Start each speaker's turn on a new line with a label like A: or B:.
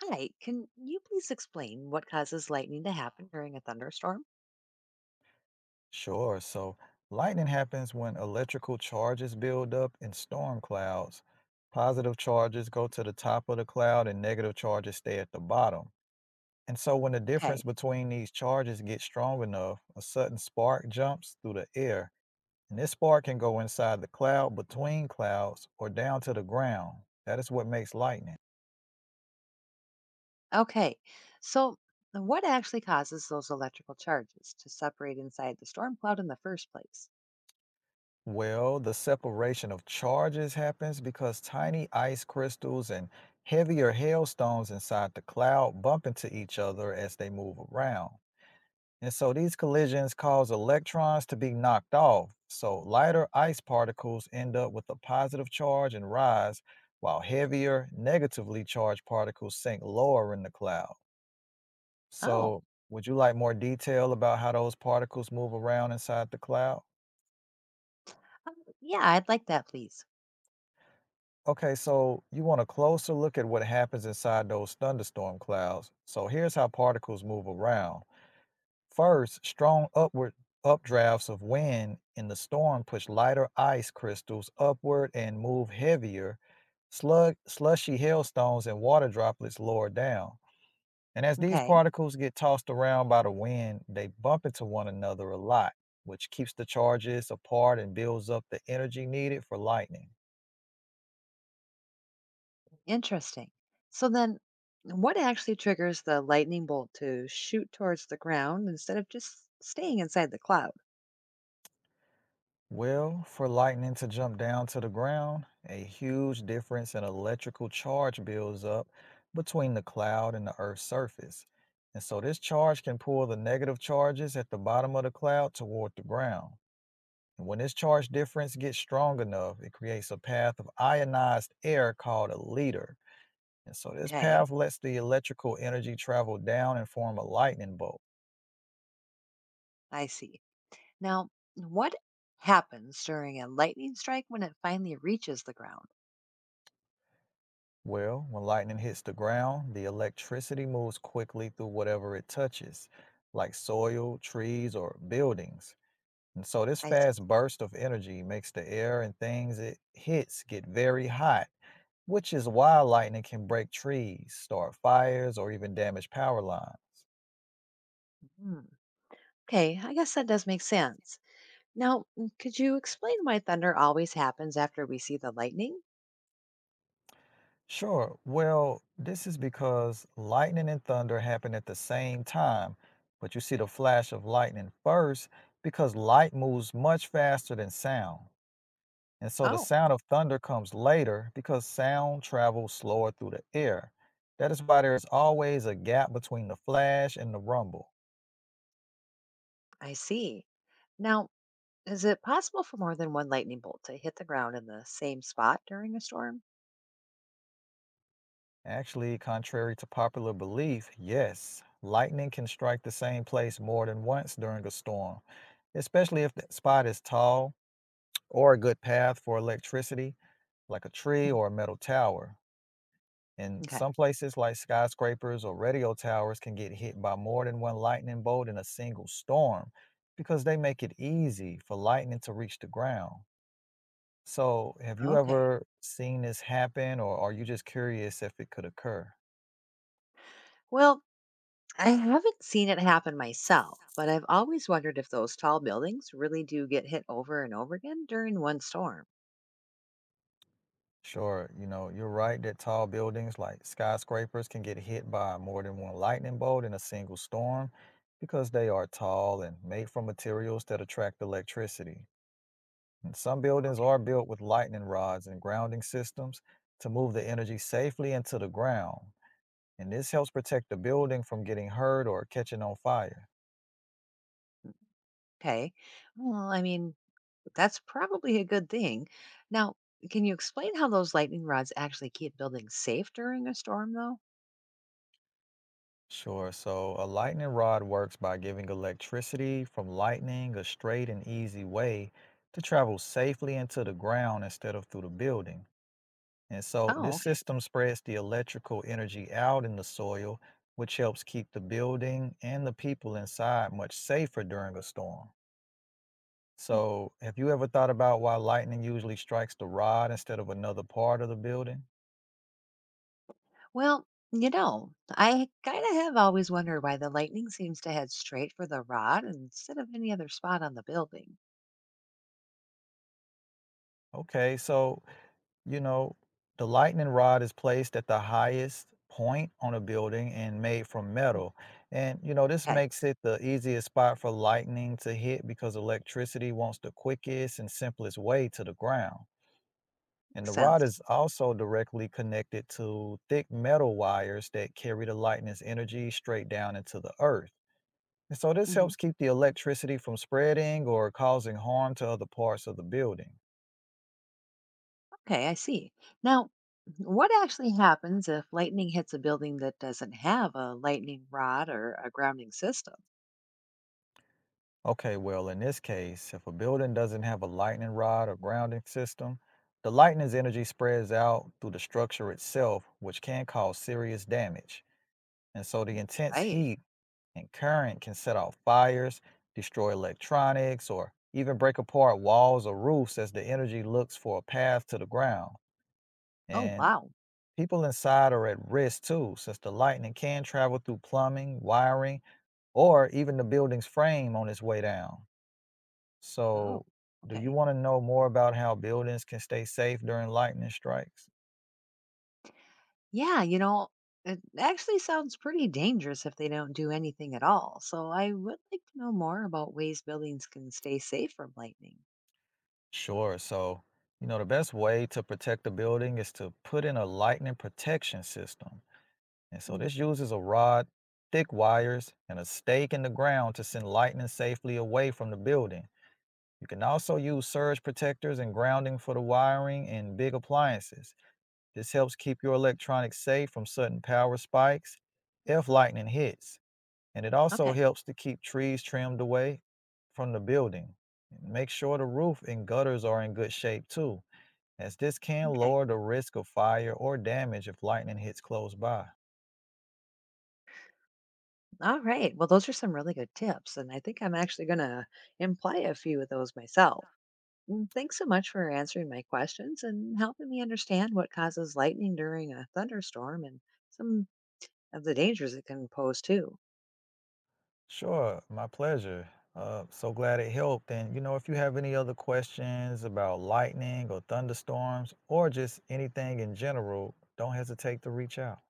A: Hi, can you please explain what causes lightning to happen during a thunderstorm?
B: Sure. So lightning happens when electrical charges build up in storm clouds. Positive charges go to the top of the cloud and negative charges stay at the bottom. And so when the difference
A: Okay.
B: between these charges gets strong enough, a sudden spark jumps through the air. And this spark can go inside the cloud, between clouds, or down to the ground. That is what makes lightning.
A: Okay. So, what actually causes those electrical charges to separate inside the storm cloud in the first place?
B: Well, the separation of charges happens because tiny ice crystals and heavier hailstones inside the cloud bump into each other as they move around. And so these collisions cause electrons to be knocked off. So lighter ice particles end up with a positive charge and rise, while heavier, negatively charged particles sink lower in the cloud.
A: Oh,
B: So, would you like more detail about how those particles move around inside the cloud?
A: um, yeah, I'd like that, please.
B: Okay, so you want a closer look at what happens inside those thunderstorm clouds. So here's how particles move around. First, strong upward updrafts of wind in the storm push lighter ice crystals upward and move heavier. Slushy hailstones and water droplets lower down. And as these
A: Okay.
B: particles get tossed around by the wind, they bump into one another a lot, which keeps the charges apart and builds up the energy needed for lightning.
A: Interesting. So then what actually triggers the lightning bolt to shoot towards the ground instead of just staying inside the cloud?
B: Well, for lightning to jump down to the ground, a huge difference in electrical charge builds up between the cloud and the Earth's surface. And so this charge can pull the negative charges at the bottom of the cloud toward the ground. And when this charge difference gets strong enough, it creates a path of ionized air called a leader. And so this
A: Okay.
B: path lets the electrical energy travel down and form a lightning bolt.
A: I see. Now, what happens during a lightning strike when it finally reaches the ground?
B: Well, when lightning hits the ground, the electricity moves quickly through whatever it touches, like soil, trees, or buildings. And so this
A: I see.
B: fast burst of energy makes the air and things it hits get very hot, which is why lightning can break trees, start fires, or even damage power lines.
A: Hmm. Okay, I guess that does make sense. Now, could you explain why thunder always happens after we see the lightning?
B: Sure, well, this is because lightning and thunder happen at the same time, but you see the flash of lightning first because light moves much faster than sound. And so the
A: Oh,
B: sound of thunder comes later because sound travels slower through the air. That is why there is always a gap between the flash and the rumble.
A: I see. Now, is it possible for more than one lightning bolt to hit the ground in the same spot during a storm?
B: Actually, contrary to popular belief, yes, lightning can strike the same place more than once during a storm, especially if the spot is tall or a good path for electricity, like a tree
A: Mhm.
B: or a metal tower. And
A: Okay.
B: some places like skyscrapers or radio towers can get hit by more than one lightning bolt in a single storm because they make it easy for lightning to reach the ground. So, have you
A: Okay.
B: ever seen this happen, or are you just curious if it could occur?
A: Well, I haven't seen it happen myself, but I've always wondered if those tall buildings really do get hit over and over again during one storm.
B: Sure, you know, you're right that tall buildings like skyscrapers can get hit by more than one lightning bolt in a single storm because they are tall and made from materials that attract electricity. And some buildings
A: Okay.
B: are built with lightning rods and grounding systems to move the energy safely into the ground. And this helps protect the building from getting hurt or catching on fire.
A: Okay. Well, I mean, That's probably a good thing. Now, can you explain how those lightning rods actually keep buildings safe during a storm, though?
B: Sure, so a lightning rod works by giving electricity from lightning a straight and easy way to travel safely into the ground instead of through the building. And so
A: Oh,
B: this
A: okay.
B: system spreads the electrical energy out in the soil, which helps keep the building and the people inside much safer during a storm. So, have you ever thought about why lightning usually strikes the rod instead of another part of the building?
A: Well, I kind of have always wondered why the lightning seems to head straight for the rod instead of any other spot on the building.
B: Okay, so, you know, the lightning rod is placed at the highest point on a building and made from
A: Mm,
B: metal. And, you know, this
A: Okay,
B: makes it the easiest spot for lightning to hit because electricity wants the quickest and simplest way to the ground. And
A: makes
B: the rod
A: sense.
B: is also directly connected to thick metal wires that carry the lightning's energy straight down into the earth. And so this helps
A: Mhm.
B: keep the electricity from spreading or causing harm to other parts of the building.
A: Okay, I see. Now, what actually happens if lightning hits a building that doesn't have a lightning rod or a grounding system,
B: Okay, well, in this case, if a building doesn't have a lightning rod or grounding system, the lightning's energy spreads out through the structure itself, which can cause serious damage. And so the intense
A: right?
B: heat and current can set off fires, destroy electronics, or even break apart walls or roofs as the energy looks for a path to the ground.
A: Oh,
B: And
A: wow.
B: people inside are at risk too, since the lightning can travel through plumbing, wiring, or even the building's frame on its way down.
A: Oh,
B: So, do you
A: okay.
B: want to know more about how buildings can stay safe during lightning strikes?
A: Yeah, it actually sounds pretty dangerous if they don't do anything at all. So I would like to know more about ways buildings can stay safe from lightning.
B: Sure. So, you know, the best way to protect the building is to put in a lightning protection system. And so,
A: Mm,
B: this uses a rod, thick wires, and a stake in the ground to send lightning safely away from the building. You can also use surge protectors and grounding for the wiring in big appliances. This helps keep your electronics safe from sudden power spikes if lightning hits. And it also
A: Okay.
B: helps to keep trees trimmed away from the building. Make sure the roof and gutters are in good shape too, as this can
A: Okay.
B: lower the risk of fire or damage if lightning hits close by.
A: All right. Well, those are some really good tips. And I think I'm actually going to imply a few of those myself. Thanks so much for answering my questions and helping me understand what causes lightning during a thunderstorm and some of the dangers it can pose, too.
B: Sure, my pleasure. So glad it helped. And you know, if you have any other questions about lightning or thunderstorms or just anything in general, don't hesitate to reach out.